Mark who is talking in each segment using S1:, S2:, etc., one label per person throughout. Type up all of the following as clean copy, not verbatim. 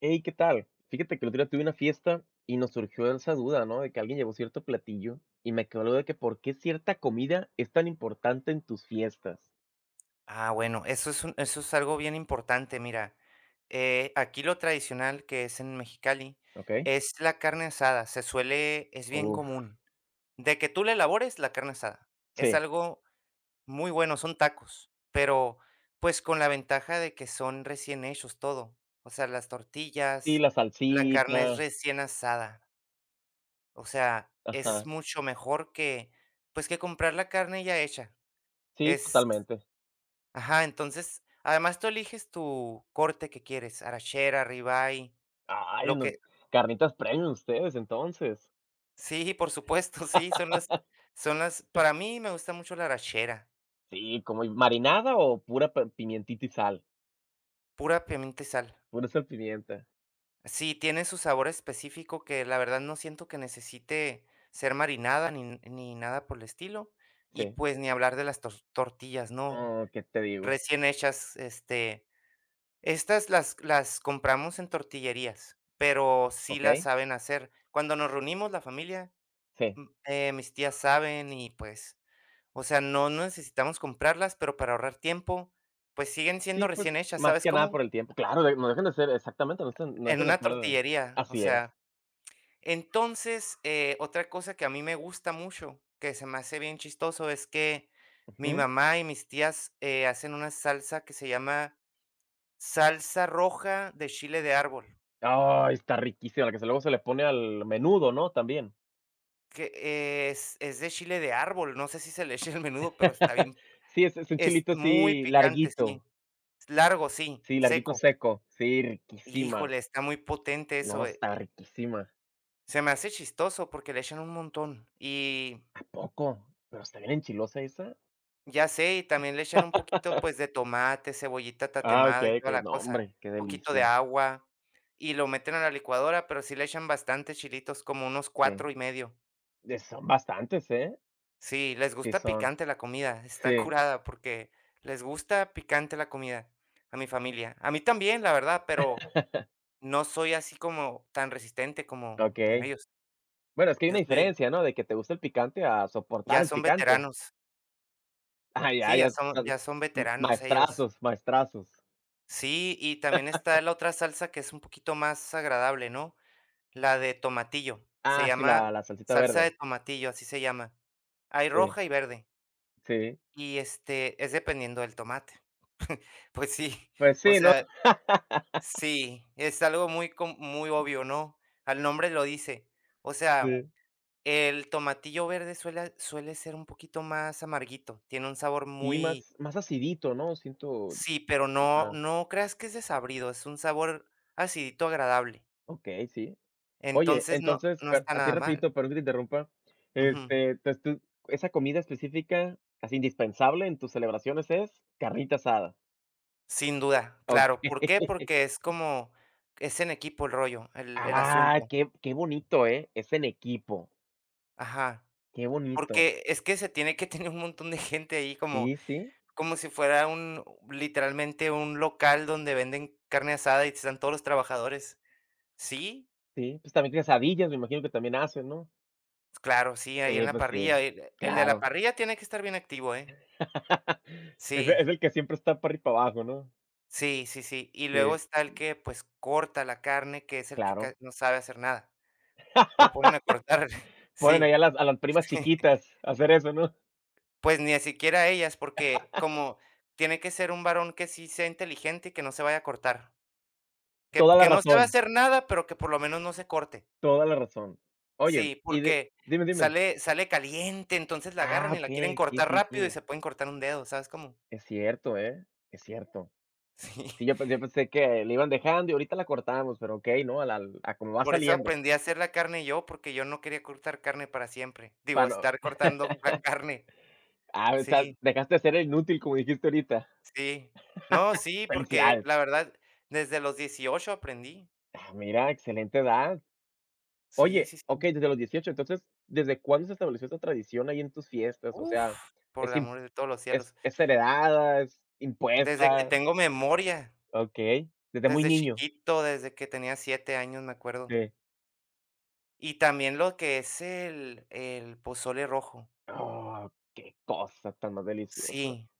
S1: Hey, ¿qué tal? Fíjate que el otro día tuve una fiesta y nos surgió esa duda, ¿no? De que alguien llevó cierto platillo y me quedó la duda de que por qué cierta comida es tan importante en tus fiestas.
S2: Ah, bueno, eso es algo bien importante. Mira, aquí lo tradicional que es en Mexicali
S1: ¿Ok?
S2: es la carne asada. Se suele Es bien
S1: Uf,
S2: común, de que tú le elabores la carne asada. Es
S1: sí.
S2: algo muy bueno, son tacos, pero, pues, con la ventaja de que son recién hechos todo, o sea, las
S1: Sí,
S2: tortillas,
S1: la
S2: la carne es
S1: salsita.
S2: recién asada. O sea, es
S1: Ajá,
S2: mucho mejor que, pues, que comprar la carne ya hecha.
S1: sí,
S2: Es
S1: totalmente.
S2: Ajá, entonces, además tú eliges tu corte que quieres: arachera, ribeye,
S1: Ay,
S2: lo
S1: no,
S2: que
S1: carnitas premium ustedes entonces.
S2: sí, por supuesto. Sí, son las para mí me gusta mucho la arachera.
S1: Sí, como marinada o pura pimientita y sal,
S2: Pura pimienta y sal.
S1: pura sal pimienta,
S2: Sí, tiene su sabor específico que la verdad no siento que necesite ser marinada, ni nada por el estilo. Y
S1: sí.
S2: pues ni hablar de las tortillas, ¿no?
S1: Oh, ¿qué te digo?
S2: Recién hechas. Este, estas las compramos en tortillerías, pero sí las
S1: ¿Ok?
S2: saben hacer. Cuando nos reunimos la familia,
S1: Sí.
S2: Mis tías saben. Y, pues, o sea, no necesitamos comprarlas, pero para ahorrar tiempo, pues, siguen
S1: Sí,
S2: siendo
S1: pues,
S2: recién hechas,
S1: más
S2: ¿sabes
S1: que nada por
S2: cómo?
S1: el tiempo. Claro, de no dejen de ser exactamente, no están no
S2: En
S1: dejan de
S2: una
S1: estar
S2: tortillería, o
S1: así es.
S2: sea. Entonces, otra cosa que a mí me gusta mucho, que se me hace bien chistoso, es que mi
S1: Ujú.
S2: mamá y mis tías, hacen una salsa que se llama salsa roja de chile de árbol,
S1: Ay, está riquísima, la que se luego se le pone al menudo, ¿no? También.
S2: que es de chile de árbol. No sé si se le eche al menudo, pero está bien
S1: Sí, es un
S2: es
S1: chilito
S2: muy
S1: así
S2: picante. Sí,
S1: larguito.
S2: largo, sí,
S1: Sí, larguito
S2: seco.
S1: seco. Sí, riquísima.
S2: Híjole, está muy potente
S1: No,
S2: eso, ¿eh?
S1: está riquísima.
S2: Se me hace chistoso porque le echan un montón. Y
S1: ¿A poco? ¿Pero está bien enchilosa esa?
S2: ya sé. Y también le echan un poquito, pues, de tomate, cebollita
S1: Ah,
S2: tatemada y
S1: okey,
S2: toda
S1: okey.
S2: la
S1: No,
S2: cosa,
S1: hombre, qué
S2: un poquito de
S1: delicia.
S2: agua, y lo meten a la licuadora, pero sí le echan bastantes chilitos, como unos
S1: Sí.
S2: cuatro y medio.
S1: Son bastantes, ¿eh?
S2: Sí, les
S1: Sí
S2: gusta
S1: son.
S2: picante la comida. Está
S1: Sí.
S2: curada porque les gusta picante la comida a mi familia. A mí también, la verdad, pero no soy así como tan resistente como
S1: Okey.
S2: ellos.
S1: Bueno, es que hay
S2: Yo
S1: una
S2: soy
S1: diferencia, ¿no? De que te gusta el picante a soportar
S2: Ya
S1: el
S2: son
S1: picante.
S2: veteranos.
S1: Ah, ya,
S2: Sí, ya
S1: ya.
S2: son ya son veteranos ellos.
S1: Maestrazos, maestrazos.
S2: Sí, y también está la otra salsa, que es un poquito más agradable, ¿no? La de tomatillo. Se
S1: Ah, sí,
S2: llama
S1: la salsita
S2: salsa de
S1: verde.
S2: tomatillo, así se llama. Hay
S1: Sí,
S2: roja y verde.
S1: sí.
S2: Y, este, es dependiendo del tomate. Pues sí,
S1: Pues
S2: o
S1: sí, ¿no?
S2: sea, sí, es algo muy com muy obvio, ¿no? Al nombre lo dice. O sea,
S1: Sí.
S2: el tomatillo verde suele ser un poquito más amarguito, tiene un sabor
S1: Sí,
S2: muy...
S1: más más acidito, ¿no? Siento
S2: Sí, pero no
S1: ajá.
S2: no creas que es desabrido, es un sabor acidito agradable.
S1: Okey, sí. Oye,
S2: Entonces, no
S1: entonces,
S2: no
S1: per
S2: está
S1: así
S2: nada mal.
S1: rapidito, perdón que te interrumpa.
S2: Ujú.
S1: Este, entonces tú esa comida específica, casi indispensable en tus celebraciones, ¿es? Carnita asada.
S2: Sin duda, claro.
S1: Okey.
S2: ¿Por qué? Porque es como es en equipo el rollo, el
S1: Ah,
S2: asunto.
S1: qué qué bonito, ¿eh? Es en equipo.
S2: Ajá.
S1: Qué bonito.
S2: Porque es que se tiene que tener un montón de gente ahí, como
S1: Sí, sí.
S2: como si fuera un literalmente un local donde venden carne asada y están todos los trabajadores. Sí,
S1: Sí, pues también quesadillas, me imagino que también hacen, ¿no?
S2: claro, sí, ahí
S1: Sí,
S2: en la
S1: pues sí,
S2: parrilla. El de la
S1: claro.
S2: parrilla tiene que estar bien activo, ¿eh?
S1: Es e es
S2: Sí.
S1: el que siempre está para arriba y para abajo, ¿no?
S2: Sí, sí, sí. Y luego
S1: Sí,
S2: está el que, pues, corta la carne, que es el que
S1: claro.
S2: ca no sabe hacer nada. Lo ponen a cortar.
S1: Ponen ahí a
S2: Sí,
S1: las
S2: sí.
S1: primas chiquitas a hacer eso, ¿no?
S2: Pues, ni siquiera ellas, porque como tiene que ser un varón que sí sea inteligente y que no se vaya a cortar. Que
S1: Toda la
S2: que no sabe
S1: razón,
S2: hacer nada, pero que por lo menos no se corte.
S1: toda la razón. Oye,
S2: Sí,
S1: y de
S2: porque
S1: dime, dime.
S2: sale caliente, entonces la
S1: Ah,
S2: agarran y la quieren
S1: okey, sí,
S2: cortar
S1: sí,
S2: rápido y
S1: sí.
S2: se pueden cortar un dedo, ¿sabes cómo?
S1: Es cierto, ¿eh? Es cierto.
S2: Sí.
S1: Sí, yo pensé que le iban dejando y ahorita la cortamos, pero okey, no, a la a como va
S2: Por eso
S1: saliendo,
S2: aprendí a hacer la carne yo, porque yo no quería cortar carne para siempre.
S1: para
S2: Digo,
S1: no
S2: estar cortando la carne.
S1: ah, o sea,
S2: Sí,
S1: dejaste de ser el inútil, como dijiste ahorita.
S2: sí. No, sí, porque
S1: Felicidades.
S2: la verdad, desde los 18 aprendí.
S1: Ah, mira, excelente edad.
S2: Sí,
S1: Oye,
S2: sí,
S1: okey,
S2: sí.
S1: desde los 18. Entonces, ¿desde cuándo se estableció esta tradición ahí en tus fiestas? O sea,
S2: Uf, por
S1: ¿es
S2: el
S1: im
S2: amor de todos los
S1: ¿es
S2: cielos.
S1: es heredada, es
S2: Desde que
S1: impuesta?
S2: tengo memoria,
S1: Okey, desde muy
S2: desde
S1: niño.
S2: chiquito, desde que tenía 7 años, me acuerdo.
S1: Sí.
S2: Y también lo que es el pozole rojo.
S1: Oh, qué cosa tan más deliciosa.
S2: Sí,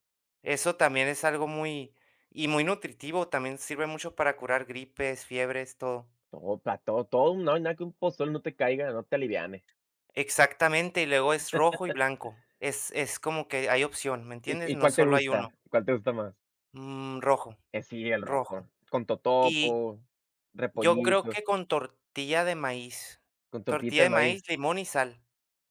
S2: eso también es algo muy nutritivo, también sirve mucho para curar gripes, fiebres, todo.
S1: Todo para todo todo, no hay nada que un pozol no te caiga, no te aliviane.
S2: Exactamente, y luego es rojo y blanco. Es como que hay opción, ¿me
S1: ¿Y
S2: entiendes?
S1: y
S2: No
S1: cuál te
S2: solo hay uno.
S1: gusta? ¿Cuál te gusta más?
S2: Rojo,
S1: Sí, el
S2: rojo.
S1: rojo, con
S2: Y
S1: totopo,
S2: yo creo
S1: repollito,
S2: que con tortilla de maíz.
S1: con tortita
S2: Tortilla
S1: de
S2: de
S1: maíz
S2: maíz, limón y sal,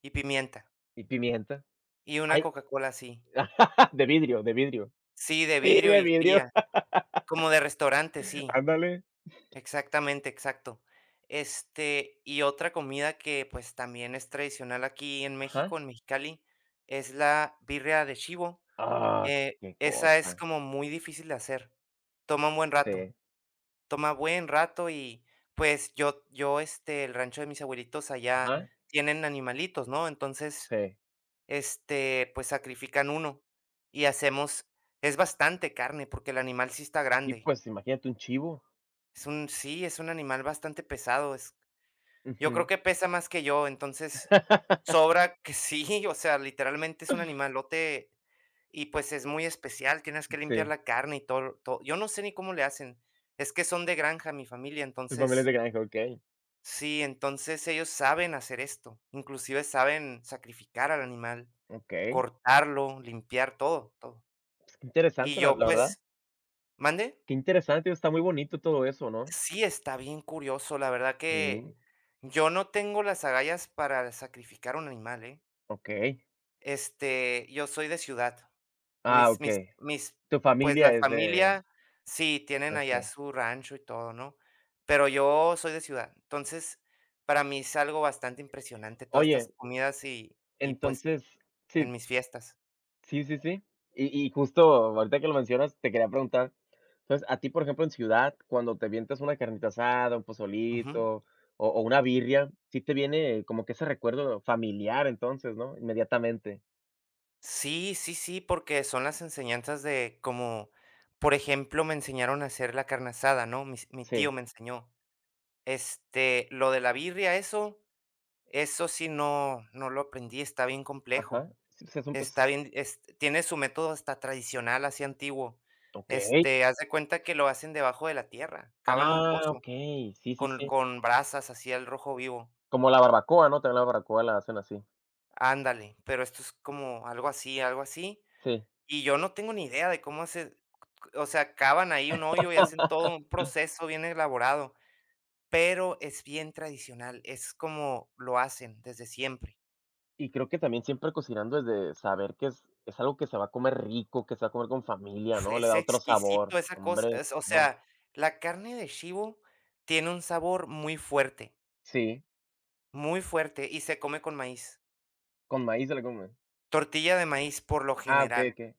S2: y pimienta,
S1: y pimienta.
S2: y una
S1: Hay
S2: Coca-Cola así.
S1: De vidrio, de vidrio.
S2: Sí, de
S1: Sí,
S2: vidrio
S1: de
S2: y
S1: vidrio.
S2: fría, como de restaurante, sí,
S1: Ándale.
S2: exactamente, exacto. Este, y otra comida que pues también es tradicional aquí en México,
S1: Ajá.
S2: en Mexicali, es la birria de chivo.
S1: Ah,
S2: Eh,
S1: qué
S2: Esa es
S1: cosa.
S2: como muy difícil de hacer. Toma un buen rato.
S1: Sí.
S2: Toma buen rato y, pues, yo, este, el rancho de mis abuelitos allá
S1: Ajá,
S2: tienen animalitos, ¿no? Entonces,
S1: sí.
S2: este, pues, sacrifican uno y hacemos es bastante carne, porque el animal sí está
S1: Y,
S2: grande.
S1: pues, imagínate un chivo.
S2: Es un Sí, es un animal bastante pesado. Es Yo creo
S1: Ujú.
S2: que pesa más que yo, entonces, sobra que sí, o sea, literalmente es un animalote y, pues, es muy especial. Tienes que limpiar
S1: Sí,
S2: la carne y todo, to yo no sé ni cómo le hacen. Es que son de granja mi familia,
S1: tu familia es
S2: entonces...
S1: de granja, okey,
S2: Sí, entonces ellos saben hacer esto, inclusive saben sacrificar al animal,
S1: okey.
S2: cortarlo, limpiar todo, todo.
S1: Pues, qué
S2: Y
S1: interesante, la
S2: yo,
S1: la verdad.
S2: pues, ¿mande?
S1: Qué interesante, está muy bonito todo eso, ¿no?
S2: Sí, está bien curioso, la verdad que
S1: Sí,
S2: yo no tengo las agallas para sacrificar un animal, ¿eh?
S1: okey.
S2: Este, yo soy de ciudad.
S1: Ah,
S2: Mis mis
S1: okey.
S2: mis
S1: Tu
S2: Pues,
S1: familia
S2: la
S1: es de
S2: familia sí, tienen allá
S1: okey.
S2: su rancho y todo, ¿no? Pero yo soy de ciudad. Entonces, para mí es algo bastante impresionante todas estas
S1: Oye,
S2: comidas y, pues,
S1: entonces, si
S2: en mis fiestas.
S1: Sí, sí, sí. Y justo ahorita que lo mencionas, te quería preguntar, entonces, a ti, por ejemplo, en ciudad, cuando te avientas una carnita asada, un pozolito
S2: Ujú.
S1: o una birria, sí te viene como que ese recuerdo familiar, entonces, ¿no? Inmediatamente.
S2: Sí, sí, sí, porque son las enseñanzas de como, por ejemplo, me enseñaron a hacer la carne asada, ¿no? Mis mi tío
S1: Sí,
S2: me enseñó. Este, lo de la birria, eso sí no lo aprendí, está bien complejo.
S1: ajá. Sí, pues, es un pues
S2: Está bien, es tiene su método hasta tradicional, así antiguo.
S1: okey.
S2: Este, haz de cuenta que lo hacen debajo de la tierra, cavan un
S1: Ah,
S2: pozo
S1: ok Sí, sí,
S2: con
S1: sí.
S2: con brasas así al rojo vivo.
S1: Como la barbacoa, ¿no? También la barbacoa la hacen así.
S2: Ándale, pero esto es como algo así, algo así.
S1: Sí.
S2: Y yo no tengo ni idea de cómo hace, o sea, cavan ahí un hoyo y hacen todo un proceso bien elaborado, pero es bien tradicional, es como lo hacen desde siempre.
S1: Y creo que también siempre cocinando es de saber que es algo que se va a comer rico, que se va a comer con familia,
S2: Uf,
S1: ¿no? Le
S2: es
S1: da otro sabor.
S2: exquisito esa cosa,
S1: Hombre,
S2: o
S1: claro.
S2: sea, la carne de chivo tiene un sabor muy fuerte,
S1: Sí,
S2: muy fuerte, y se come con maíz.
S1: con maíz se la comen.
S2: Tortilla de maíz por lo
S1: Ah, okey,
S2: general,
S1: okey.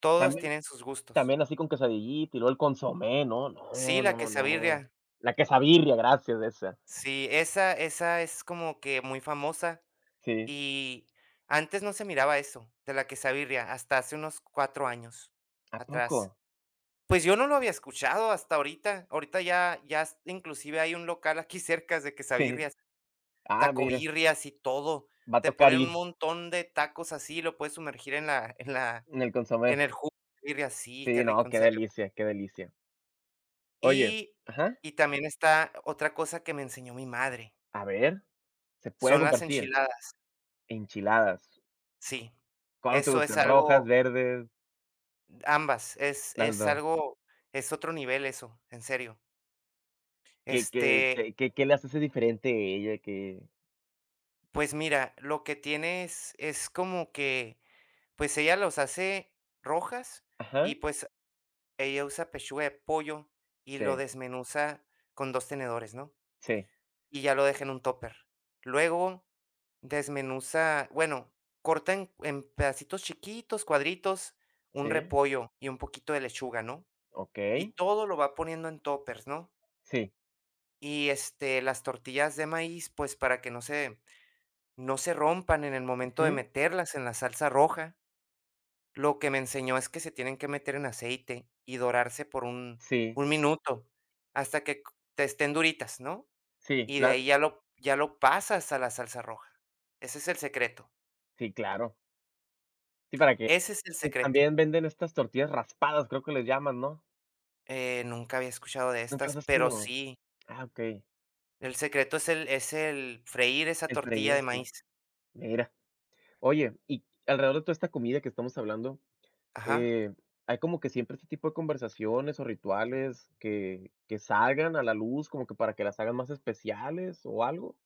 S2: todos
S1: También
S2: tienen sus gustos.
S1: también así con quesadillita y luego el consomé, ¿no?
S2: Sí,
S1: No,
S2: la
S1: no, no.
S2: quesabirria.
S1: La quesabirria, gracias, esa.
S2: Sí, esa es como que muy famosa,
S1: Sí.
S2: y antes no se miraba eso de la quesabirria hasta hace unos 4 años
S1: ¿A poco?
S2: atrás. Pues yo no lo había escuchado hasta ahorita. Ahorita inclusive hay un local aquí cerca de
S1: Sí.
S2: quesabirria.
S1: Ah, mira,
S2: Tacobirrias y todo.
S1: va a
S2: Te
S1: tocar
S2: ponen
S1: ir
S2: un montón de tacos así, lo puedes sumergir en la en la
S1: en el
S2: en
S1: consomé.
S2: el jugo de birria. Sí, qué
S1: Sí, no,
S2: rico, en
S1: qué
S2: serio.
S1: delicia, qué delicia. Oye
S2: Y
S1: ajá,
S2: y también está otra cosa que me enseñó mi madre,
S1: a ver, se puede
S2: son las
S1: compartir.
S2: enchiladas.
S1: Enchiladas,
S2: Sí,
S1: ¿cuáles te
S2: eso es
S1: gustan? ¿Rojas,
S2: algo
S1: verdes?
S2: ambas,
S1: Las 2,
S2: es otro nivel eso, en serio.
S1: ¿Qué qué
S2: Este,
S1: qué qué qué las hace diferente a ella? Que,
S2: pues mira, lo que tienes es como que, pues, ella los hace rojas.
S1: ajá,
S2: Y, pues, ella usa pechuga de pollo y lo
S1: sí,
S2: desmenuza con 2 tenedores, ¿no?
S1: sí,
S2: Y ya lo deja en un topper. Luego desmenuza, bueno, corta en pedacitos chiquitos, cuadritos, un
S1: sí,
S2: repollo y un poquito de lechuga, ¿no?
S1: okey.
S2: Y todo lo va poniendo en toppers, ¿no?
S1: Sí,
S2: Y, este, las tortillas de maíz, pues, para que no se rompan en el momento de
S1: ujú,
S2: meterlas en la salsa roja. Lo que me enseñó es que se tienen que meter en aceite y dorarse por un
S1: sí,
S2: un minuto, hasta que c te estén duritas, ¿no?
S1: sí,
S2: Y de
S1: la
S2: ahí ya lo pasas a la salsa roja. Ese es el secreto,
S1: sí, claro. Sí, para que
S2: ese es el
S1: y
S2: secreto.
S1: también venden estas tortillas raspadas, creo que les llaman, ¿no?
S2: Nunca había escuchado de
S1: ¿Nunca
S2: estas,
S1: las has
S2: pero
S1: comido?
S2: sí,
S1: Ah, okey.
S2: el secreto es el freír esa
S1: El
S2: tortilla
S1: freído,
S2: de
S1: sí.
S2: maíz.
S1: Mira. Oye, y alrededor de toda esta comida que estamos hablando,
S2: Ajá.
S1: eh, hay como que siempre este tipo de conversaciones o rituales que salgan a la luz, como que para que las hagan más especiales o algo.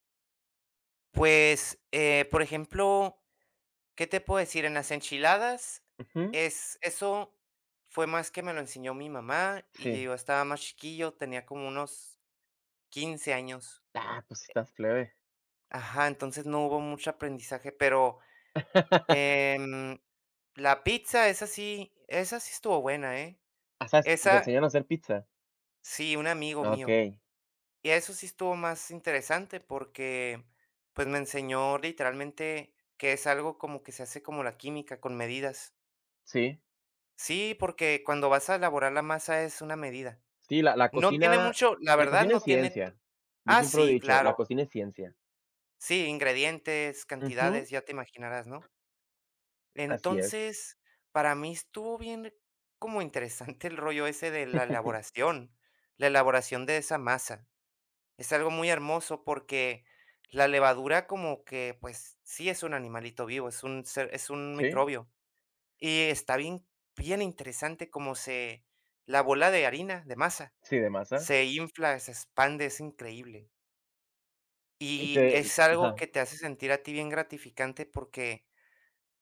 S2: Pues, por ejemplo... ¿Qué te puedo decir? En las enchiladas,
S1: Ujú,
S2: es eso fue más que me lo enseñó mi mamá, y
S1: sí.
S2: yo estaba más chiquillo, tenía como unos 15 años.
S1: Ah, pues sí estás plebe.
S2: Ajá, entonces no hubo mucho aprendizaje, pero, em, la pizza, esa sí estuvo buena, ¿eh?
S1: Ah, ¿sabes? ¿Te
S2: Esa
S1: enseñan a hacer pizza?
S2: sí, un amigo mío.
S1: Okey,
S2: Y eso sí estuvo más interesante porque, pues, me enseñó literalmente que es algo como que se hace como la química, con medidas.
S1: sí.
S2: Sí, porque cuando vas a elaborar la masa es una medida.
S1: Sí, la
S2: No tiene
S1: cocina
S2: mucho, la
S1: la
S2: verdad
S1: cocina es
S2: no tiene...
S1: ciencia. Yo Ah,
S2: Ah,
S1: siempre lo he
S2: sí,
S1: dicho, la
S2: claro.
S1: cocina es ciencia.
S2: Sí, ingredientes,
S1: Ujú,
S2: cantidades, ya te imaginarás, ¿no?
S1: así es.
S2: Entonces, para mí estuvo bien, como interesante el rollo ese de la elaboración de esa masa. Es algo muy hermoso porque la levadura, como que, pues, sí es un animalito vivo, es un
S1: Sí,
S2: microbio, y está bien interesante cómo se... la bola de harina, de masa,
S1: sí, de masa.
S2: se infla, se expande, es increíble.
S1: Y
S2: Y
S1: te
S2: es algo
S1: ajá,
S2: que te hace sentir a ti bien gratificante porque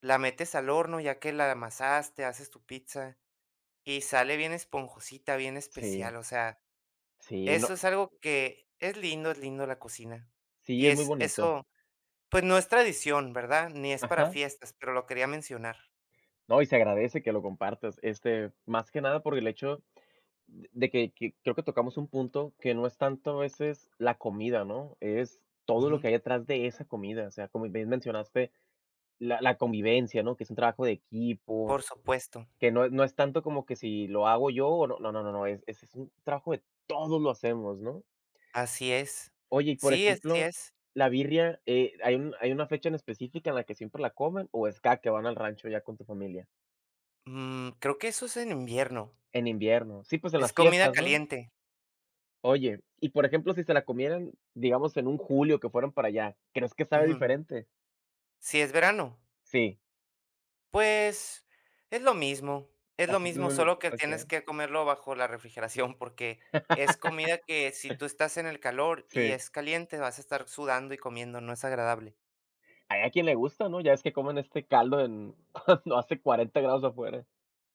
S2: la metes al horno ya que la amasaste, haces tu pizza y sale bien esponjosita, bien
S1: sí,
S2: especial. O sea,
S1: sí, no,
S2: eso es algo que es lindo la cocina.
S1: sí,
S2: Y
S1: es muy
S2: es
S1: bonito.
S2: eso, pues no es tradición, ¿verdad? Ni es para
S1: Ajá.
S2: fiestas, pero lo quería mencionar.
S1: No, y se agradece que lo compartas, este, más que nada por el hecho de que creo que tocamos un punto que no es tanto a veces la comida, ¿no? Es todo lo que
S2: Ujú.
S1: hay detrás de esa comida, o sea, como bien mencionaste, la convivencia, ¿no? Que es un trabajo de equipo.
S2: Por supuesto,
S1: Que no no es tanto como que si lo hago yo o no, no, no, no, no, es es un trabajo de todos lo hacemos, ¿no?
S2: así es.
S1: Oye, y por Sí.
S2: Sí, así
S1: ejemplo,
S2: es.
S1: la birria, ¿hay un hay una fecha en específica en la que siempre la comen o es cada que van al rancho ya con tu familia?
S2: Creo que eso es en invierno.
S1: En invierno. Sí, pues en
S2: Es
S1: las
S2: comida
S1: fiestas, ¿no?
S2: caliente.
S1: Oye, y por ejemplo, si se la comieran, digamos, en un julio que fueran para allá, ¿crees que sabe
S2: Ujú.
S1: diferente?
S2: Si es verano,
S1: Sí,
S2: pues, es lo mismo, es lo
S1: así tú
S2: mismo, solo que
S1: okey,
S2: tienes que comerlo bajo la refrigeración, porque es comida que si tú estás en el calor y
S1: sí.
S2: es caliente, vas a estar sudando y comiendo, no es agradable.
S1: Hay a quien le gusta, ¿no? Ya es que comen este caldo en cuando hace 40 grados afuera.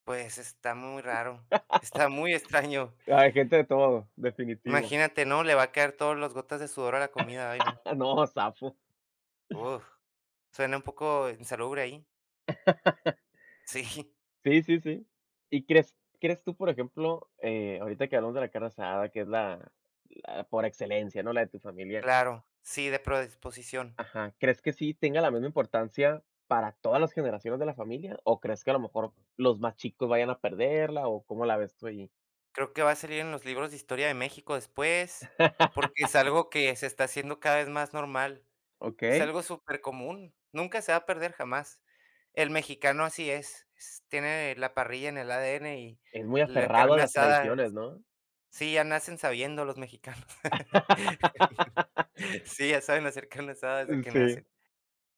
S2: Pues, está muy raro, está muy extraño.
S1: Hay gente de todo, definitivo.
S2: Imagínate, ¿no? Le va a caer todas las gotas de sudor a la comida, ay no.
S1: Ah, no, zafo.
S2: Uf, suena un poco insalubre ahí. Sí,
S1: Sí, sí, sí. ¿Y crees tú, por ejemplo, ahorita que hablamos de la carne asada, que es la la por excelencia, ¿no?, la de tu familia
S2: claro, sí, de predisposición.
S1: ajá, ¿crees que sí tenga la misma importancia para todas las generaciones de la familia, o crees que a lo mejor los más chicos vayan a perderla, o cómo la ves tú allí
S2: Creo que va a salir en los libros de historia de México después, porque es algo que se está haciendo cada vez más normal. Es
S1: Okey,
S2: algo súper común. Nunca se va a perder jamás. El mexicano así es, s tiene la parrilla en el ADN. Y
S1: es muy
S2: la
S1: aferrado a
S2: carne
S1: las
S2: asada,
S1: tradiciones, ¿no?
S2: sí, ya nacen sabiendo los mexicanos. Sí, ya saben hacer carne asada desde que
S1: Sí,
S2: nacen.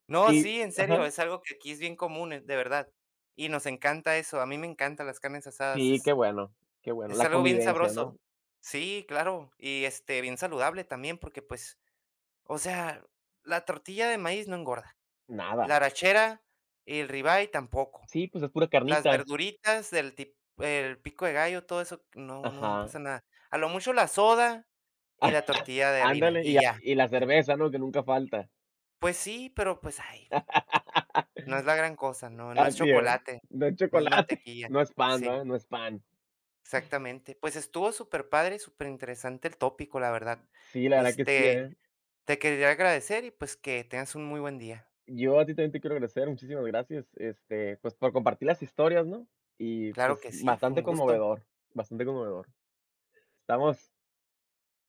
S2: No,
S1: y
S2: sí, en serio,
S1: ajá,
S2: es algo que aquí es bien común, de verdad, y nos encanta eso. A mí me encantan las carnes asadas,
S1: sí, qué bueno,
S2: es
S1: la
S2: algo bien
S1: convivencia, ¿no?
S2: sabroso. Sí, claro, y, este, bien saludable también, porque, pues, o sea, la tortilla de maíz no engorda,
S1: Nada.
S2: la arrachera y el ribeye tampoco,
S1: Sí, pues es pura
S2: las
S1: carnita.
S2: verduritas del tip el pico de gallo, todo eso, no pasa
S1: Ajá.
S2: nada. A lo mucho la soda y
S1: Ah,
S2: la tortilla de harina,
S1: ándale,
S2: y ya,
S1: y
S2: y
S1: la
S2: ya.
S1: cerveza, ¿no?, que nunca falta.
S2: Pues sí, pero, pues, ay, no es la gran cosa, no es
S1: Así es,
S2: chocolate,
S1: no es
S2: no es
S1: chocolate,
S2: mantequilla.
S1: no es pan,
S2: Sí,
S1: ¿verdad?, no es pan.
S2: exactamente. Pues, estuvo súper padre, superpadre, interesante el tópico, la verdad.
S1: Sí, la verdad que sí,
S2: Este,
S1: ¿eh?
S2: te quería agradecer y, pues, que tengas un muy buen día.
S1: Yo a ti también te quiero agradecer, muchísimas gracias, este, pues, por compartir las historias, ¿no? Y,
S2: Claro
S1: pues,
S2: que sí, fue
S1: bastante
S2: un gusto.
S1: conmovedor, bastante conmovedor. Estamos